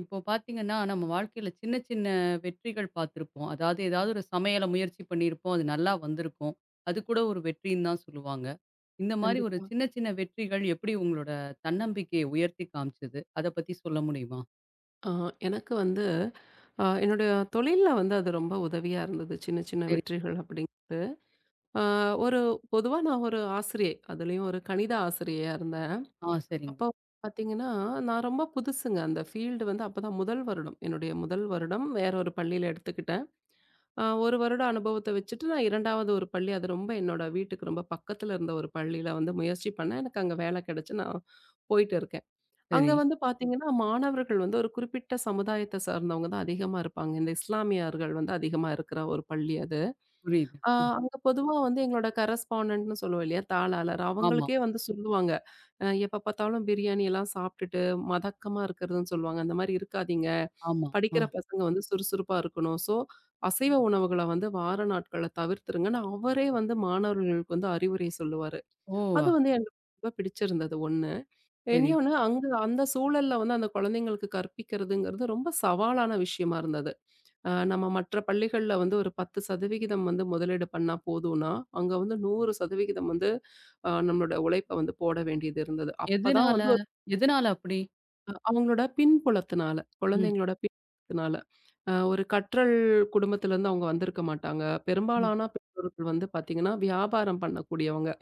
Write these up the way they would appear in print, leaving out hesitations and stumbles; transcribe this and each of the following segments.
இப்போ பார்த்தீங்கன்னா, நம்ம வாழ்க்கையில சின்ன சின்ன வெற்றிகள் பார்த்திருப்போம். அதாவது ஏதாவது ஒரு சமையல முயற்சி பண்ணியிருப்போம். அது நல்லா வந்திருக்கும். அது கூட ஒரு வெற்றின்னு தான் சொல்லுவாங்க. இந்த மாரி ஒரு கண்டிப்பா. சின்ன சின்ன வெற்றிகள் எப்படி உங்களோட தன்னம்பிக்கையை உயர்த்தி காமிச்சது? அத பத்தி சொல்ல முடியுமா? ஆ எனக்கு வந்து என்னுடைய தொழில்ல வந்து அது ரொம்ப உதவியா இருந்தது. சின்ன சின்ன சரி. வெற்றிகள் அப்படிங்கிறது. ஆ ஒரு பொதுவா நான் ஒரு ஆசிரியை. அதுலயும் ஒரு கணித ஆசிரியையா இருந்தேன். ஆ, சரிங்க. அப்போ பார்த்தீங்கன்னா, நான் ரொம்ப புதுசுங்க. அந்த ஃபீல்டு வந்து அப்பதான் முதல் வருடம். என்னுடைய முதல் வருடம் வேற ஒரு பள்ளியில எடுத்துக்கிட்டேன். 1 வருட அனுபவத்த வச்சுட்டு நான் 2வது ஒரு பள்ளி, அது ரொம்ப என்னோட வீட்டுக்கு ரொம்ப பக்கத்துல இருந்த ஒரு பள்ளியில வந்து முயற்சி பண்ணேன். எனக்கு அங்க வேலை கிடைச்சு நான் போயிட்டு இருக்கேன். அங்க சரி. வந்து பாத்தீங்கன்னா, மாணவர்கள் வந்து ஒரு குறிப்பிட்ட சமுதாயத்த சார்ந்தவங்க தான் அதிகமா இருப்பாங்க. இந்த இஸ்லாமியர்கள் வந்து அதிகமா இருக்கிற ஒரு பள்ளி அது. புரியுது. ஆ ஆ. அங்க பொதுவா வந்து எங்களோட கரஸ்பாண்டன்ட்ன்னு சொல்லுவோம் இல்லையா? தாளாளர். ஆமா, அவங்களுக்கே வந்து சொல்லுவாங்க. எப்ப பாத்தாலும் பிரியாணி எல்லாம் சாப்ட்டுட்டு மதக்கமா இருக்கிறதுன்னு சொல்லுவாங்க. அந்த மாரி இருக்காதீங்க. ஆமா. ஆ. படிக்கிற பசங்க வந்து சுறுசுறுப்பா இருக்கணும். ஸோ, அசைவ உணவுகள வந்து வார நாட்கள்ல தவிர்த்துருங்கன்னு அவரே வந்து மாணவர்களுக்கு வந்து அறிவுரை சொல்லுவாரு. ஓ! அது அ வந்து எனக்கு ரொம்ப பிடிச்சிருந்தது 1. சரி. இனியொன்னு அங்க அந்த சூழல்ல வந்து அந்த குழந்தைங்களுக்கு கற்பிக்கிறதுங்கிறது ரொம்ப சவாலான விஷயமா இருந்தது. நம்ம மற்ற பள்ளிகள்ல வந்து ஒரு 10% வந்து முதலீடு பண்ணா போதும்னா, அங்க வந்து 100% வந்து அ நம்மளோட உழைப்ப வந்து போட வேண்டியது இருந்தது. அப்பதான் எதனால வந்து ஒரு எதனால அப்படி? அவங்களோட பின்புலத்தினால, ம், குழந்தைங்களோட பின்புலத்தினால. ஒரு கற்றல் குடும்பத்திலேருந்து அவங்க வந்திருக்க மாட்டாங்க. ம். பெரும்பாலான பெற்றோர்கள் வந்து பார்த்தீங்கன்னா, வியாபாரம் பண்ணக்கூடியவங்க.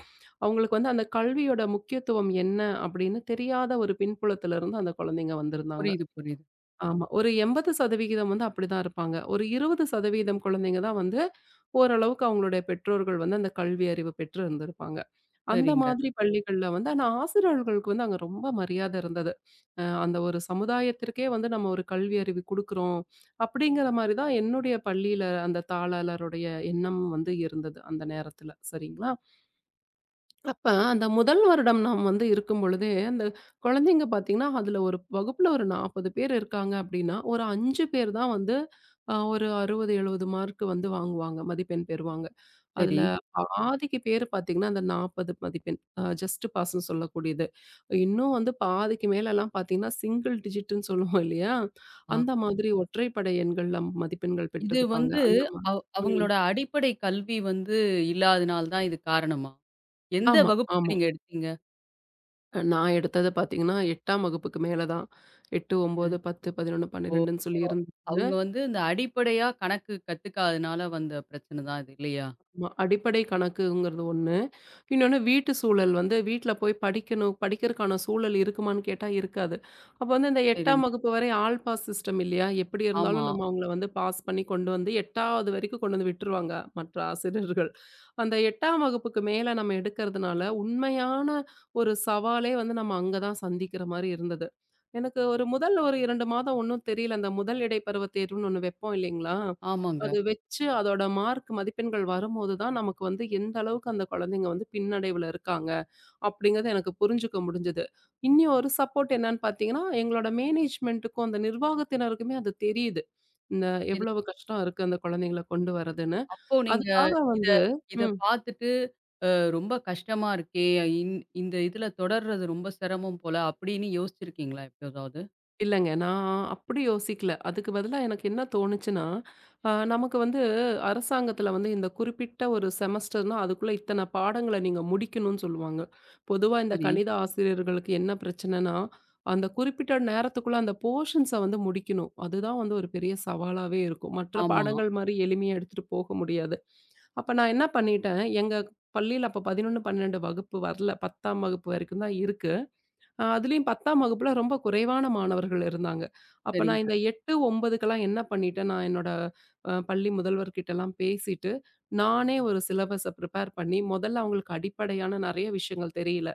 அவங்களுக்கு வந்து அந்த கல்வியோட முக்கியத்துவம் என்ன அப்படின்னு தெரியாத ஒரு பின்புலத்துல இருந்து அந்த குழந்தைங்க வந்திருந்தாங்க. புரியுது, புரியுது. ஆமா. ஒரு 80% வந்து அப்படிதான் இருப்பாங்க. ஒரு 20% குழந்தைங்க தான் வந்து ஓரளவுக்கு அவங்களுடைய பெற்றோர்கள் வந்து அந்த கல்வி அறிவு பெற்று இருந்திருப்பாங்க. அந்த சரிங்க. மாதிரி பள்ளிகள்ல வந்து ஆனா ஆசிரியர்களுக்கு வந்து அங்க ரொம்ப மரியாதை இருந்தது. அந்த ஒரு சமுதாயத்திற்கே வந்து நம்ம ஒரு கல்வி அறிவு குடுக்குறோம் அப்படிங்கிற மாரி தான் என்னுடைய பள்ளியில அந்த தாளாளருடைய எண்ணம் வந்து இருந்தது அந்த நேரத்துல. சரிங்களா? அப்ப அந்த முதல் வருடம் நாம் வந்து இருக்கும்பொழுதே, அந்த குழந்தைங்க பார்த்தீங்கன்னா, அதுல ஒரு வகுப்புல ஒரு 40 பேர் இருக்காங்க அப்படின்னா, ஒரு 5 பேர் தான் வந்து ஒரு 60, 70 மார்க் வந்து வாங்குவாங்க. மதிப்பெண் பெறுவாங்க. அதுல சரி. பாதிக்கு பேர் பார்த்தீங்கன்னா, அந்த 40 மதிப்பெண் ஜஸ்ட் பாஸ்ன்னு சொல்லக்கூடியது. இன்னும் வந்து பாதிக்கு மேலலாம் பார்த்தீங்கன்னா, சிங்கிள் டிஜிட்ன்னு சொல்லுவோம் இல்லையா? ஆ. அந்த மாதிரி ஒற்றைப்படை எண்கள்ல மதிப்பெண்கள் இது பெற்றிருப்பாங்க. வந்து அந்த ம். அவங்களோட அடிப்படை கல்வி வந்து இல்லாதனால தான் இது காரணமா? எந்த ஆமா, வகுப்புக்கு ஆமா. நீங்க எடுத்தீங்க? நான் எடுத்தது பார்த்தீங்கன்னா, 8ஆம் வகுப்புக்கு மேல தான். 8, ம். 9, 10, 11, ஓ! 12ன்னு சொல்லி ஓ! இருந்தது. அவங்க வந்து இந்த அடிப்படையா கணக்கு கத்துக்காதனால வந்த பிரச்சனை தான் இது இல்லையா? ஆமா. அடிப்படை கணக்குங்கிறது ஒண்ணு. இன்னொன்னு வீட்டு சூழல் வந்து வீட்ல போய் படிக்கணும், படிக்கிறக்கான சூழல் இருக்குமான்னு கேட்டா இருக்காது. அப்ப வந்து இந்த சரி. 8ஆம் வகுப்பு வரை ஆல் பாஸ் சிஸ்டம் இல்லையா? எப்படி ஆமா. இருந்தாலும் நம்ம அவங்கள வந்து பாஸ் பண்ணி கொண்டு வந்து 8வது வரைக்கும் கொண்டு வந்து விட்டுருவாங்க மற்ற ஆசிரியர்கள். அந்த 8ஆம் வகுப்புக்கு மேல நம்ம எடுக்கிறதுனால உண்மையான ஒரு சவாலே வந்து நம்ம அங்க தான் சந்திக்கிற மாரி இருந்தது. எனக்கு ஒரு 2 மாதம் ஒண்ணும் தெரியல. அந்த முதல் இடைப்பருவத் தேர்வுன்னு ஒண்ணு வைப்போம் இல்லைங்களா? ஆமாங்க. அது வச்சு அதோட மார்க் மதிப்பெண்கள் வரும்போது தான் நமக்கு வந்து எந்த அளவுக்கு அந்த குழந்தைங்க வந்து பின்னடைவுல இருக்காங்க அப்படிங்கிறது எனக்கு புரிஞ்சுக்க முடிஞ்சது. இனி ஒரு சப்போர்ட் என்னன்னு பார்த்தீங்கன்னா, எங்களோட மேனேஜ்மென்ட்டுக்கும் அந்த நிர்வாகத்தினருக்குமே அது தெரியுது. இந்த சரி. எவ்வளவு கஷ்டம் இருக்கு அந்த குழந்தைங்கள கொண்டு வரதுன்னு. அப்போ நீங்க அதுக்காக இத வந்து இத ம். பார்த்துட்டு, அ ரொம்ப கஷ்டமா இருக்கே! இந் இந்த இதுல தொடர்றது ரொம்ப சிரமம் போல அப்படின்னு யோசிச்சிருக்கீங்களா எப்போதாவது? இல்லங்க. நான் அப்படி யோசிக்கல. அதுக்கு பதிலா எனக்கு என்ன தோணுச்சுன்னா, நமக்கு வந்து அரசாங்கத்தில வந்து இந்த குறிப்பிட்ட ஒரு செமஸ்டர்னா, அதுக்குள்ள இத்தன பாடங்கள நீங்க முடிக்கணும்னு சொல்லுவாங்க. பொதுவா இந்த சரி. கணித ஆசிரியர்களுக்கு என்ன பிரச்சனைன்னா, அந்த குறிப்பிட்ட நேரத்துக்குள்ள அந்த போர்ஷன்ஸ வந்து முடிக்கணும். அதுதான் வந்து ஒரு பெரிய சவாலாவே இருக்கும். மற்ற ஆமா. பாடங்கள் மாரி எளிமையா எடுத்துட்டு போக முடியாது. அப்ப நான் என்ன பண்ணிட்டேன், எங்க பள்ளியில அப்ப 11, 12 வகுப்பு வரல. 10ஆம் வகுப்பு வரைக்கும் தான் இருக்கு. அதுலயும் 10ஆம் வகுப்புல ரொம்ப குறைவான மாணவர்கள் இருந்தாங்க. அப்ப நான் சரிங்க. இந்த 8, 9க்கெல்லாம் என்ன பண்ணிட்டேன், நான் என்னோட பள்ளி முதல்வர்கிட்டலாம் பேசிட்டு, நானே ஒரு சிலபஸ ப்ரிப்பேர் பண்ணி, முதல்ல அவங்களுக்கு அடிப்படையான நெறைய விஷயங்கள் தெரியல.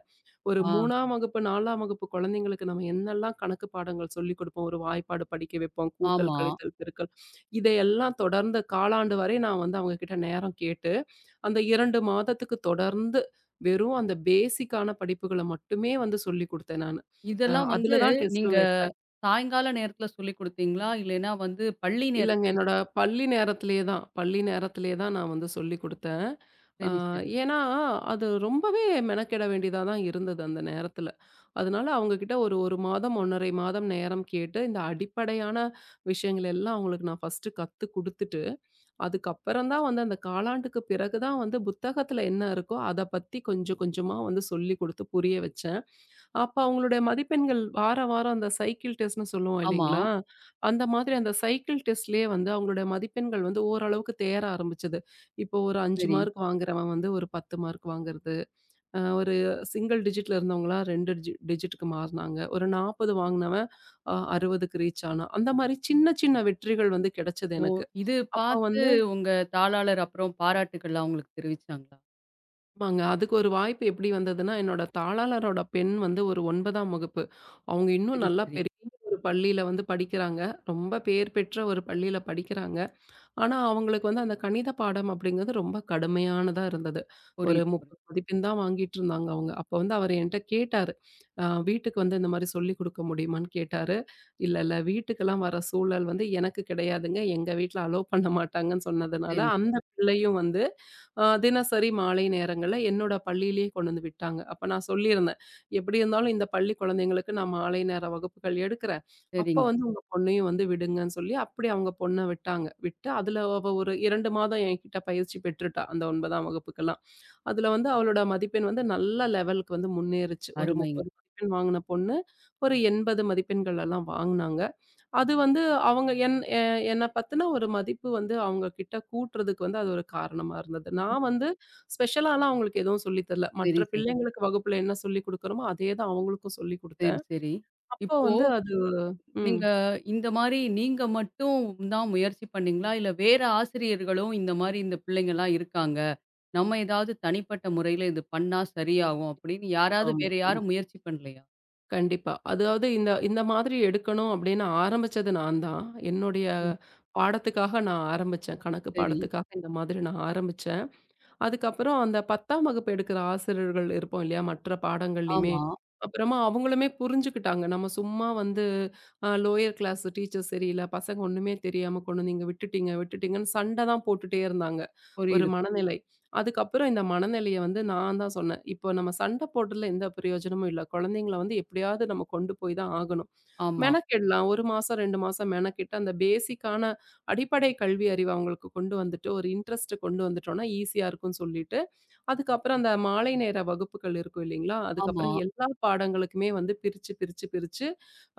ஒரு ஆ. 3ஆம் வகுப்பு, 4ஆம் வகுப்பு குழந்தைங்களுக்கு நம்ம என்னெல்லாம் கணக்கு பாடங்கள் சொல்லிக் குடுப்போம், ஒரு வாய்ப்பாடு படிக்க வைப்போம், கூட்டல், ஆமா. கழித்தல், பெருக்கல் இதையெல்லாம் தொடர்ந்து காலாண்டு வரை நான் வந்து அவங்க கிட்ட நேரம் கேட்டு அந்த 2 மாதத்துக்கு தொடர்ந்து வெறும் அந்த பேசிக்கான படிப்புகள மட்டுமே வந்து சொல்லிக் குடுத்தேன் நானு. இதெல்லாம் வந்து அதுல தான் நீங்க டெஸ்ட்டும் வைப்பேன். சாயங்கால நேரத்துல சொல்லிக் குடுத்தீங்களா? இல்லைன்னா வந்து பள்ளி இல்லங்க நேரத்துல? என்னோட பள்ளி நேரத்திலேயே தான் நான் வந்து சொல்லிக் குடுத்தேன். அ சரி, சரி. ஏன்னா, அது ரொம்பவே மெனக்கெட வேண்டியதா தான் இருந்தது அந்த நேரத்தில. அதனால அவங்க கிட்ட ஒரு 1 மாதம் 1 1/2 மாதம் நேரம் கேட்டு, இந்த அடிப்படையான விஷயங்கள் எல்லாம் அவங்களுக்கு நான் ஃபர்ஸ்ட்டு கத்து குடுத்துட்டு அதுக்கப்புறம் தான் வந்து அந்த காலாண்டுக்கு பிறகு தான் வந்து புத்தகத்துல என்ன இருக்கோ அத பத்தி கொஞ்சம் கொஞ்சமா வந்து சொல்லிக் குடுத்து புரிய வச்சேன். அப்ப அவங்களுடைய மதிப்பெண்கள் வார வாரம் அந்த சைக்கிள் டெஸ்ட்ன்னு சொல்லுவோம் ஆமா. இல்லைங்களா? அந்த மாதிரி அந்த சைக்கிள் டெஸ்ட்லயே வந்து அவங்களுடைய மதிப்பெண்கள் வந்து ஓரளவுக்கு தேற ஆரம்பிச்சது. இப்போ ஒரு 5 சரி. மார்க் வாங்குறவன் வந்து ஒரு 10 மார்க் வாங்குறது. ஒரு சிங்கிள் டிஜிட்ல இருந்தவங்களா 2 டிஜிட்டுக்கு மாறுனாங்க. ஒரு 40 வாங்குனவன் 60க்கு ரீச் ஆனான். அந்த மாரி சின்ன சின்ன வெற்றிகள் வந்து கிடைச்சது ஓ! எனக்கு. இது அப்ப பார்த்து வந்து உங்க தாளாளர் அப்புறம் பாராட்டுக்கள்லாம் உங்களுக்கு தெரிவிச்சாங்களா? ஆமாங்க. அதுக்கு ஒரு வாய்ப்பு எப்படி வந்ததுன்னா, என்னோட தாளாளரோட பெண் வந்து ஒரு 9ஆம் வகுப்பு. அவங்க இன்னும் சரி, நல்லா சரி. பெரிய ஒரு பள்ளியில வந்து படிக்கிறாங்க. ரொம்ப பேர் பெற்ற ஒரு பள்ளியில படிக்கிறாங்க. ஆனா, அவங்களுக்கு வந்து அந்த கணித பாடம் அப்படிங்கிறது ரொம்ப கடுமையானதா இருந்தது. ஒரு புரியுது, புரியுது. 30 மதிப்பெண் தான் வாங்கிட்டுருந்தாங்க அவங்க. அப்ப வந்து அவரு என்ட்ட கேட்டாரு. வீட்டுக்கு வந்து இந்த மாரி சொல்லிக் குடுக்க முடியுமான்னு கேட்டாரு. இல்ல, இல்ல வீட்டுக்கெல்லாம் வர சூழல் வந்து எனக்கு கிடையாதுங்க. எங்க வீட்ல அலோவ் பண்ண மாட்டாங்கன்னு சொன்னதுனால, சரி, அந்த சரி. பிள்ளையும் வந்து தினசரி மாலை நேரங்கள்ல என்னோட பள்ளியிலேயே கொண்டு வந்து விட்டாங்க. அப்ப நான் சொல்லியிருந்தேன். எப்படி இருந்தாலும் இந்த பள்ளி குழந்தைங்களுக்கு நான் மாலை நேர வகுப்புகள் எடுக்கிறேன். அப்ப சரிங்க. வந்து பொண்ணையும் வந்து விடுங்கன்னு சொல்லி, அப்படி அவங்க பொண்ண விட்டாங்க. விட்டு அதுல அவ ஒரு 2 மாதம் என்கிட்ட பயிற்சி பெற்றுட்டா. அந்த 9ஆம் வகுப்புக்கெல்லாம். அதுல வந்து அவளோட மதிப்பெண் வந்து நல்ல லெவலுக்கு வந்து முன்னேறுச்சு. ஒரு அருமைங்க. 30 மதிப்பெண் வாங்குன பொண்ணு, ஒரு 80 மதிப்பெண்கள் எல்லாம் வாங்குனாங்க. அது வந்து அவங்க என்ன பத்தின ஒரு மதிப்பு வந்து அவங்க கிட்ட கூட்டுறதுக்கு வந்து அது ஒரு காரணமா இருந்தது. நான் வந்து ஸ்பெஷலாலாம் அவங்களுக்கு எதுவும் சொல்லி தரல. சரி, மற்ற சரி. பிள்ளைங்களுக்கு வகுப்புல என்ன சொல்லிக் குடுக்குறோமோ, அதே தான் அவங்களுக்கும் சொல்லிக் சரி, குடுத்தேன். சரி. அப்போ இப்போ வந்து அது ம். நீங்க இந்த மாரி நீங்க மட்டும் தான் முயற்சி பண்ணீங்களா? இல்ல வேற ஆசிரியர்களும் இந்த மாரி இந்த பிள்ளைங்கலாம் இருக்காங்க, நம்ம ஏதாவது தனிப்பட்ட முறையில இது பண்ணா சரியாகும் அப்படின்னு யாராவது ஆமா, வேற ஆமா. யாரும் முயற்சி பண்ணலையா? கண்டிப்பா. அதாவது இந்த இந்த மாதிரி எடுக்கணும் அப்படின்னு ஆரம்பிச்சது நான் தான். என்னுடைய ம். பாடத்துக்காக நான் ஆரம்பிச்சேன். கணக்கு சரி. பாடத்துக்காக இந்த மாதிரி நான் ஆரம்பிச்சேன். அதுக்கப்புறம் அந்த 10ஆம் வகுப்பு எடுக்கிற ஆசிரியர்கள் இருப்போம் இல்லையா? மற்ற பாடங்கள்லயுமே. ஆமா. அப்புறமா அவங்களுமே புரிஞ்சுக்கிட்டாங்க. நம்ம சும்மா வந்து லோயர் கிளாஸ் டீச்சர் சரியில்ல, பசங்க ஒண்ணுமே தெரியாம கொண்டு வந்து இங்க விட்டுட்டீங்க, விட்டுட்டீங்கன்னு சண்ட தான் போட்டுட்டே இருந்தாங்க. ஒரு புரியுது. மனநிலை. அதுக்கப்புறம் இந்த மனநிலைய வந்து நான் தான் சொன்னேன். இப்போ நம்ம சண்ட போடுறதுல எந்த பிரயோஜனமும் இல்ல. குழந்தைங்கள வந்து எப்படியாவது நம்ம கொண்டு போய் தான் ஆகணும். ஆமா, மெனக்கெடலாம். 1 மாசம், 2 மாசம் மெனக்கெட்டு அந்த பேசிக்கான அடிப்படை கல்வி அறிவு அவங்களுக்கு கொண்டு வந்துட்டு, ஒரு இன்ட்ரெஸ்ட் கொண்டு வந்துட்டோம்னா, ஈஸியா இருக்கும்னு சொல்லிட்டு, அதுக்கப்புறம் அந்த மாலை நேர வகுப்புகள் இருக்கும் இல்லைங்களா? ஆமா. அதுக்கப்புறம் எல்லா பாடங்களுக்குமே வந்து பிரிச்சு, பிரிச்சு, பிரிச்சு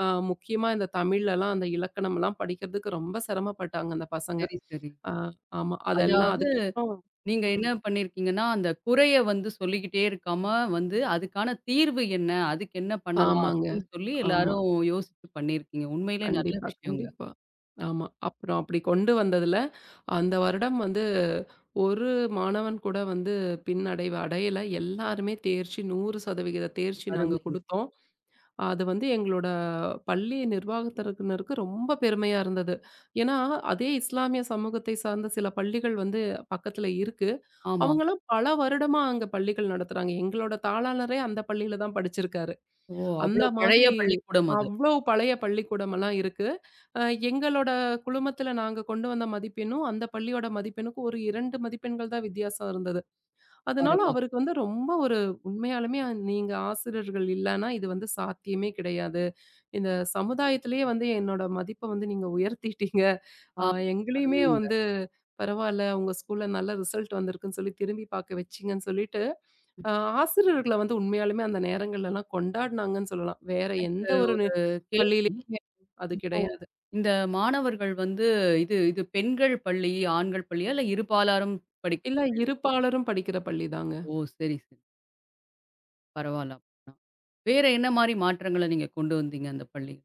முக்கியமா இந்த தமிழ்லலாம் அந்த இலக்கணம்லாம் படிக்கிறதுக்கு ரொம்ப சிரமப்பட்டாங்க அந்த பசங்க. சரி, சரி. ஆ ஆமா. அதெல்லாம் அதாவது அதுக்கப்புறம் நீங்க என்ன ம். பண்ணியிருக்கீங்கன்னா, அந்த குறைய வந்து சொல்லிக்கிட்டே இருக்காம வந்து, அதுக்கான தீர்வு என்ன? அதுக்கு என்ன பண்ணலாம்? ஆமாங்க. அப்படின்னு சொல்லி ஆமா. எல்லாரும் யோசிச்சு பண்ணியிருக்கீங்க. உண்மையிலே நல்ல கண்டிப்பா, விஷயங்க. கண்டிப்பா. ஆமா. அப்புறம் அப்படி கொண்டு வந்ததுல அந்த வருடம் வந்து ஒரு மாணவன் கூட வந்து பின்னடைவு அடையல. எல்லாருமே தேர்ச்சி 100% தேர்ச்சி நாங்க அருமைங்க. குடுத்தோம். அது வந்து எங்களோட பள்ளி நிர்வாகத்தினருக்கு ரொம்ப பெருமையா இருந்தது. ஏன்னா, அதே இஸ்லாமிய சமூகத்தை சார்ந்த சில பள்ளிகள் வந்து பக்கத்துல இருக்கு. ஆமா. அவங்கலாம் பல வருடமா அங்க பள்ளிகள் நடத்துறாங்க. எங்களோட தாளாளரே அந்த பள்ளியில தான் படிச்சிருக்காரு. ஓ! அந்த அவ்வளோ பழைய மாதிரி பள்ளிக்கூடம் அது. அவ்ளோ பழைய பள்ளிக்கூடமெல்லாம் இருக்கு. அ எங்களோட குழுமத்துல நாங்க கொண்டு வந்த மதிப்பெண்ணும், அந்த பள்ளியோட மதிப்பெண்ணுக்கும் ஒரு 2 மதிப்பெண்கள் தான் வித்தியாசம் இருந்தது. அதனால பரவால்ல. அவருக்கு வந்து ரொம்ப ஒரு உண்மையாலுமே நீங்க ஆசிரியர்கள் இல்லன்னா இது வந்து சாத்தியமே கிடையாது. இந்த சமுதாயத்திலேயே வந்து என்னோட மதிப்ப வந்து நீங்க உயர்த்திட்டீங்க. ஆ, அ எங்களையுமே அருமைங்க. வந்து பரவால்ல உங்க ஸ்கூல்ல நல்ல ரிசல்ட் வந்திருக்குன்னு சொல்லி திரும்பி பார்க்க வச்சீங்கன்னு சொல்லிட்டு, அ ஆசிரியர்கள வந்து உண்மையாலுமே அந்த நேரங்கள்லலாம் கொண்டாடுனாங்கன்னு சொல்லலாம். வேற எந்த ஒரு ஒரு கேள்வி. பள்ளியிலயுமே அது இப்போ கிடையாது. இந்த மாணவர்கள் வந்து, இது இது பெண்கள் பள்ளி, ஆண்கள் பள்ளியா? இல்ல இருபாலாரும் இல்ல படிக்கும் பள்ளி? இருபாலரும் படிக்கிற பள்ளிதாங்க. ஓ! சரி, சரி. பரவால்ல அப்பன்னா. வேற என்ன மாரி மாற்றங்கள நீங்க கொண்டு வந்தீங்க அந்த பள்ளி?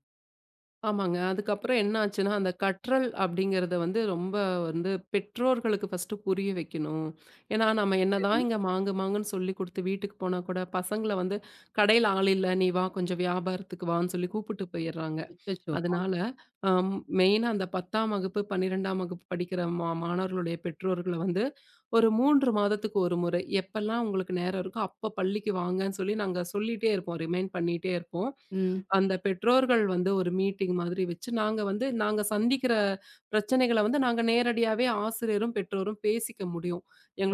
ஆமாங்க. அதுக்கப்புறம் என்ன ஆச்சுன்னா, அந்த கற்றல் அப்படிங்கிறத வந்து ரொம்ப வந்து பெற்றோர்களுக்கு ஃபர்ஸ்ட்டு புரிய வைக்கணும். ஏன்னா, நம்ம என்னதான் சரி. இங்க மாங்கு மாங்குன்னு சொல்லிக் குடுத்து வீட்டுக்கு போனா கூட, பசங்கள வந்து கடையில ஆள் இல்ல, நீ வா கொஞ்சம் வியாபாரத்துக்கு வான்னு சொல்லி கூப்பிட்டு போயிர்றாங்க. அச்சச்சோ! அதனால அம் மெயினா அந்த 10ஆம் வகுப்பு, 12ஆம் வகுப்பு படிக்கிற மாணவர்களுடைய பெற்றோர்கள வந்து ஒரு 3 மாதத்துக்கு ஒரு முறை, எப்பல்லாம் உங்களுக்கு நேரம் இருக்கோ, அப்ப பள்ளிக்கு வாங்கன்னு சொல்லி நாங்க சொல்லிட்டே இருப்போம். ரிமைண்ட் பண்ணிட்டே இருப்போம். ம். அந்த பெற்றோர்கள் வந்து ஒரு மீட்டிங் மாதிரி வச்சு, நாங்க வந்து நாங்க சந்திக்கிற பிரச்சனைகள வந்து நாங்க நேரடியாவே ஆசிரியரும், பெற்றோரும் பேசிக்க முடியும்.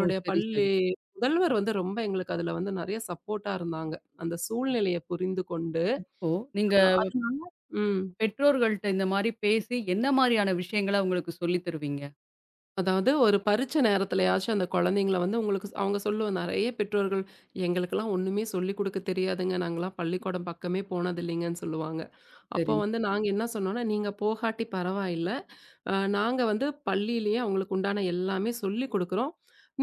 ஓ! சரி, சரி. பள்ளி முதல்வர் வந்து ரொம்ப எங்களுக்கு அதுல வந்து நெறைய சப்போர்ட்டா இருந்தாங்க. அந்த சூழ்நிலைய புரிந்து கொண்டு இப்போ நீங்க அதனால ம். பெற்றோர்கள்ட்ட இந்த மாரி பேசி என்ன மாரியான விஷயங்கள அவங்களுக்கு சொல்லி தருவீங்க? அதாவது ஒரு பரீட்சை நேரத்துலயாச்சும் அந்த குழந்தைங்கள வந்து உங்களுக்கு அவங்க சொல்லுவோம் நெறைய பெற்றோர்கள், "எங்களுக்கெல்லாம் ஒண்ணுமே சொல்லிக் குடுக்க தெரியாதுங்க. நாங்கலாம் பள்ளிக்கூடம் பக்கமே போனதில்லைங்கன்னு" சொல்லுவாங்க. அப்போ சரி. வந்து நாங்க என்ன சொன்னோம்னா, "நீங்க போகாட்டி பரவாயில்ல. நாங்க வந்து பள்ளியிலேயே அவங்களுக்கு உண்டான எல்லாமே சொல்லிக் குடுக்குறோம்.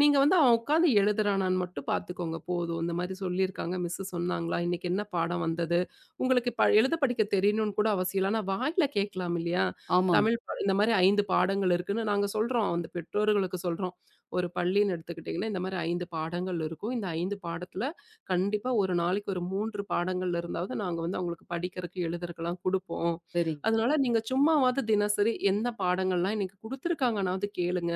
நீங்க வந்து அவன் உட்கார்ந்து எழுதுறானான்னு மட்டும் பார்த்துக்கோங்க போதும். இந்த மாரி சொல்லியிருக்காங்க, மிஸ்ஸு சொன்னாங்களா? இன்னைக்கு என்ன பாடம் வந்தது? உங்களுக்கு எழுத படிக்க தெரியணும்னு கூட அவசியம் இல்ல. ஆனா வாயில கேட்கலாம் இல்லையா? ஆமாங்க. தமிழ் இந்த மாரி 5 பாடங்கள் இருக்குன்னு நாங்க சொல்றோம். அந்த பெற்றோர்களுக்கு சொல்றோம். ஒரு பள்ளின்னு எடுத்துக்கிட்டீங்கன்னா, இந்த மாரி 5 பாடங்கள் இருக்கும். இந்த 5 பாடத்துல கண்டிப்பா ஒரு நாளைக்கு ஒரு 3 பாடங்கள் இருந்தாவது நாங்க வந்து அவங்களுக்கு படிக்கிறதுக்கு, எழுதுறக்கெல்லாம் குடுப்போம். சரிங்க. அதனால நீங்க சும்மாவாவது தினசரி எந்த பாடங்கள்லாம் இன்னைக்கு குடுத்துருக்காங்கனாவது கேளுங்க.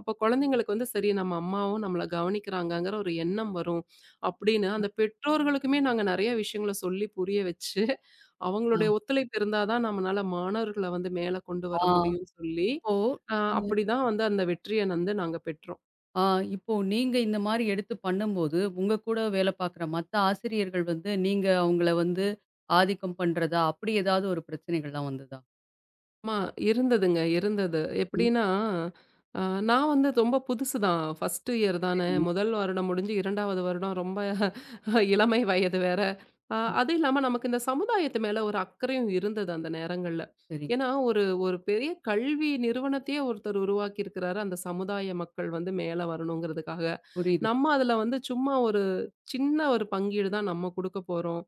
அப்ப குழந்தைங்களுக்கு வந்து சரி நம்ம அம்மாவும் நம்மள கவனிக்கிறாங்கங்கிற ஒரு எண்ணம் வரும். அப்படின்னு அந்த பெற்றோர்களுக்குமே நாங்க நெறைய விஷயங்கள சொல்லி புரிய வச்சு, ஆ. அவங்களுடைய ஒத்துழைப்பு இருந்தா தான் நம்மனால மாணவர்கள வந்து மேல கொண்டு ஆ. வர முடியும்னு சொல்லி, இப்போ அப்படிதான் வந்து அந்த வெற்றிய வந்து நாங்க பெற்றோம். ஆ இப்போ நீங்க இந்த மாரி எடுத்து பண்ணும்போது, உங்க கூட வேலை பார்க்குற மத்த ஆசிரியர்கள் வந்து, நீங்க அவங்கள வந்து ஆதிக்கம் பண்றதா, அப்படி ஏதாவது ஒரு பிரச்சனைகள்லாம் வந்ததா? ஆமா, இருந்ததுங்க, இருந்தது. ம். எப்படின்னா, அ நான் வந்து ரொம்ப புதுசு தான். ஃபர்ஸ்ட் இயர் தானே. சரி. முதல் வருடம் முடிஞ்சு 2வது வருடம் ரொம்ப இளமை வயது வேற. ம். அது இல்லாம நமக்கு இந்த சமுதாயத்து மேல ஒரு அக்கறையும் இருந்தது அந்த நேரங்கள்ல. சரி. ஏன்னா, ஒரு ஒரு பெரிய கல்வி நிறுவனத்தையே ஒருத்தர் உருவாக்கி இருக்கிறாரு. அந்த சமுதாய மக்கள் வந்து மேல வரணுங்கிறதுக்காக. புரியுது. நம்ம அதுல வந்து சும்மா ஒரு சின்ன ஒரு பங்கீடு தான் நம்ம குடுக்க போறோம்.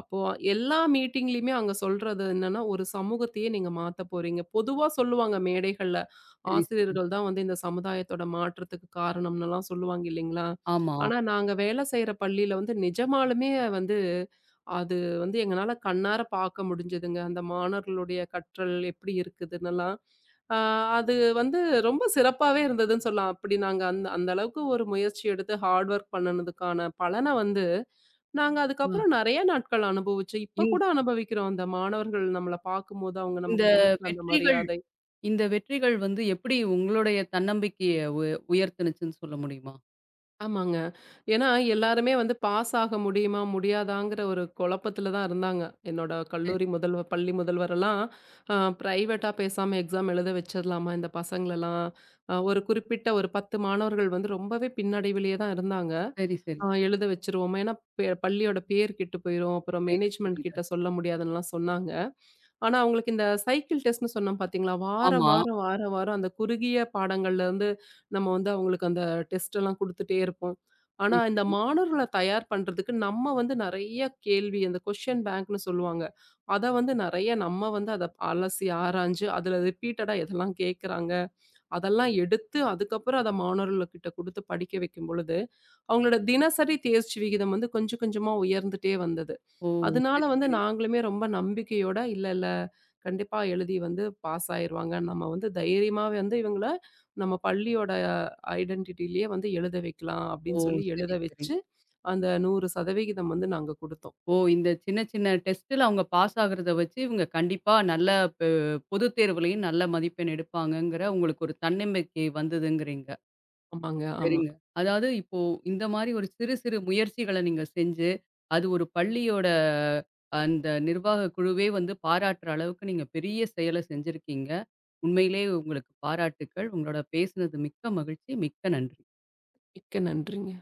அப்போ எல்லா மீட்டிங்லயுமே அங்க சொல்றது என்னன்னா, ஒரு சமூகத்தையே நீங்க மாத்தப் போறீங்க. பொதுவா சொல்லுவாங்க மேடைகள்ல, சரி, சரி. ஆசிரியர்கள் தான் வந்து இந்த சமுதாயத்தோட மாற்றத்துக்கு காரணம்னுலாம் சொல்லுவாங்க இல்லைங்களா? ஆமா. ஆனா நாங்க வேலை செய்யற பள்ளியில வந்து நிஜமாலுமே வந்து அது வந்து எங்கனால கண்ணார பார்க்க முடிஞ்சதுங்க. அந்த மாணவர்களுடைய கற்றல் எப்படி இருக்குதுன்னெல்லாம். ஆ அது வந்து ரொம்ப சிறப்பாவே இருந்ததுன்னு சொல்லலாம். அப்படி நாங்க அந்த அந்த அளவுக்கு ஒரு முயற்சி எடுத்து ஹார்ட் ஒர்க் பண்ணுனதுக்கான பலன வந்து நாங்க ஆ. அதுக்கப்புறம் நெறைய நாட்கள் அனுபவிச்சோம். இப்ப இந் கூட அனுபவிக்கிறோம். அந்த மாணவர்கள் நம்மள பார்க்கும்போது அவங்க இந்த நமக்கு குடுக்குற அந்த வெற்றிகள் மரியாதை. இந்த வெற்றிகள் வந்து எப்படி உங்களுடைய தன்னம்பிக்கைய உயர்த்துனுச்சுன்னு சொல்ல முடியுமா? ஆமாங்க. ஏன்னா எல்லாருமே வந்து பாஸ் ஆக முடியுமா? முடியாதாங்கிற ஒரு குழப்பத்துல தான் இருந்தாங்க. என்னோட சரி, கல்லூரி முதல்வர், பள்ளி முதல்வரெல்லாம் அ பிரைவேட்டா பேசாம எக்ஸாம் எழுத வச்சிடலாமா இந்த பசங்களெல்லாம்? ஒரு குறிப்பிட்ட ஒரு 10 மாணவர்கள் வந்து ரொம்பவே பின்னடைவிலேயே தான் இருந்தாங்க. சரி, சரி. எழுத வச்சுருவோமா? ஏன்னா பள்ளியோட பேர் கெட்டு போயிரும். அப்புறம் புரியுது, மேனேஜ்மெண்ட் புரியுது. கிட்ட சொல்ல முடியாதுன்னுலாம் சொன்னாங்க. ஆனா, அவங்களுக்கு இந்த சைக்கிள் டெஸ்ட்ன்னு சொன்னோம் பார்த்தீங்களா? வாரம், ஆமா. வாரம், வாரம், வாரம் அந்த குறுகிய பாடங்கள்லேருந்து நம்ம வந்து அவங்களுக்கு அந்த டெஸ்ட்டெல்லாம் குடுத்துட்டே இருப்போம். ஆனா, சரி, இந்த சரி. மாணவர்கள தயார் பண்றதுக்கு நம்ம வந்து நெறைய கேள்வி அந்த கொஸ்டின் பேங்க்ன்னு சொல்லுவாங்க. அத வந்து நெறைய நம்ம வந்து அத அலசி ஆராய்ஞ்சு, அதில ரிப்பீட்டடா எதெல்லாம் கேட்குறாங்க, அதெல்லாம் எடுத்து அதுக்கப்புறம் அத மாணவர்கள்கிட்ட குடுத்து படிக்க வைக்கும் பொழுது, அவங்களோட தினசரி தேர்ச்சி விகிதம் வந்து கொஞ்சம் கொஞ்சமா உயர்ந்துட்டே வந்தது. ஓ! அதனால சரி, வந்து சரி. நாங்களுமே ரொம்ப நம்பிக்கையோட, இல்ல, இல்ல கண்டிப்பா எழுதி வந்து பாஸ் ஆயிருவாங்க. நம்ம வந்து தைரியமா வந்து இவங்கள நம்ம பள்ளியோட ஐடென்டிட்டிலயே வந்து எழுத வைக்கலாம் ஓ! அப்படின்னு சொல்லி எழுத சரி, சரி. வச்சு, அந்த 100% வந்து நாங்க குடுத்தோம். ஓ! இந்த சின்ன சின்ன டெஸ்ட்ல அவங்க பாஸ் ஆகுறத வச்சு, இவங்க கண்டிப்பா நல்ல பெ பொதுத் தேர்வுலயும் நல்ல மதிப்பெண் எடுப்பாங்கங்கிற உங்களுக்கு ஒரு தன்னம்பிக்கை வந்ததுங்கிறீங்க. ஆமாங்க, ஆமா. சரிங்க. அதாவது இப்போ இந்த மாரி ஒரு சிறு சிறு முயற்சிகள நீங்க செஞ்சு, அது ஒரு பள்ளியோட அந்த நிர்வாக குழுவே வந்து பாராட்டுற அளவுக்கு நீங்க பெரிய செயல செஞ்சிருக்கீங்க. உண்மையிலேயே உங்களுக்கு பாராட்டுக்கள். உங்களோட பேசுனது மிக்க மகிழ்ச்சி. மிக்க நன்றி. மிக்க நன்றிங்க.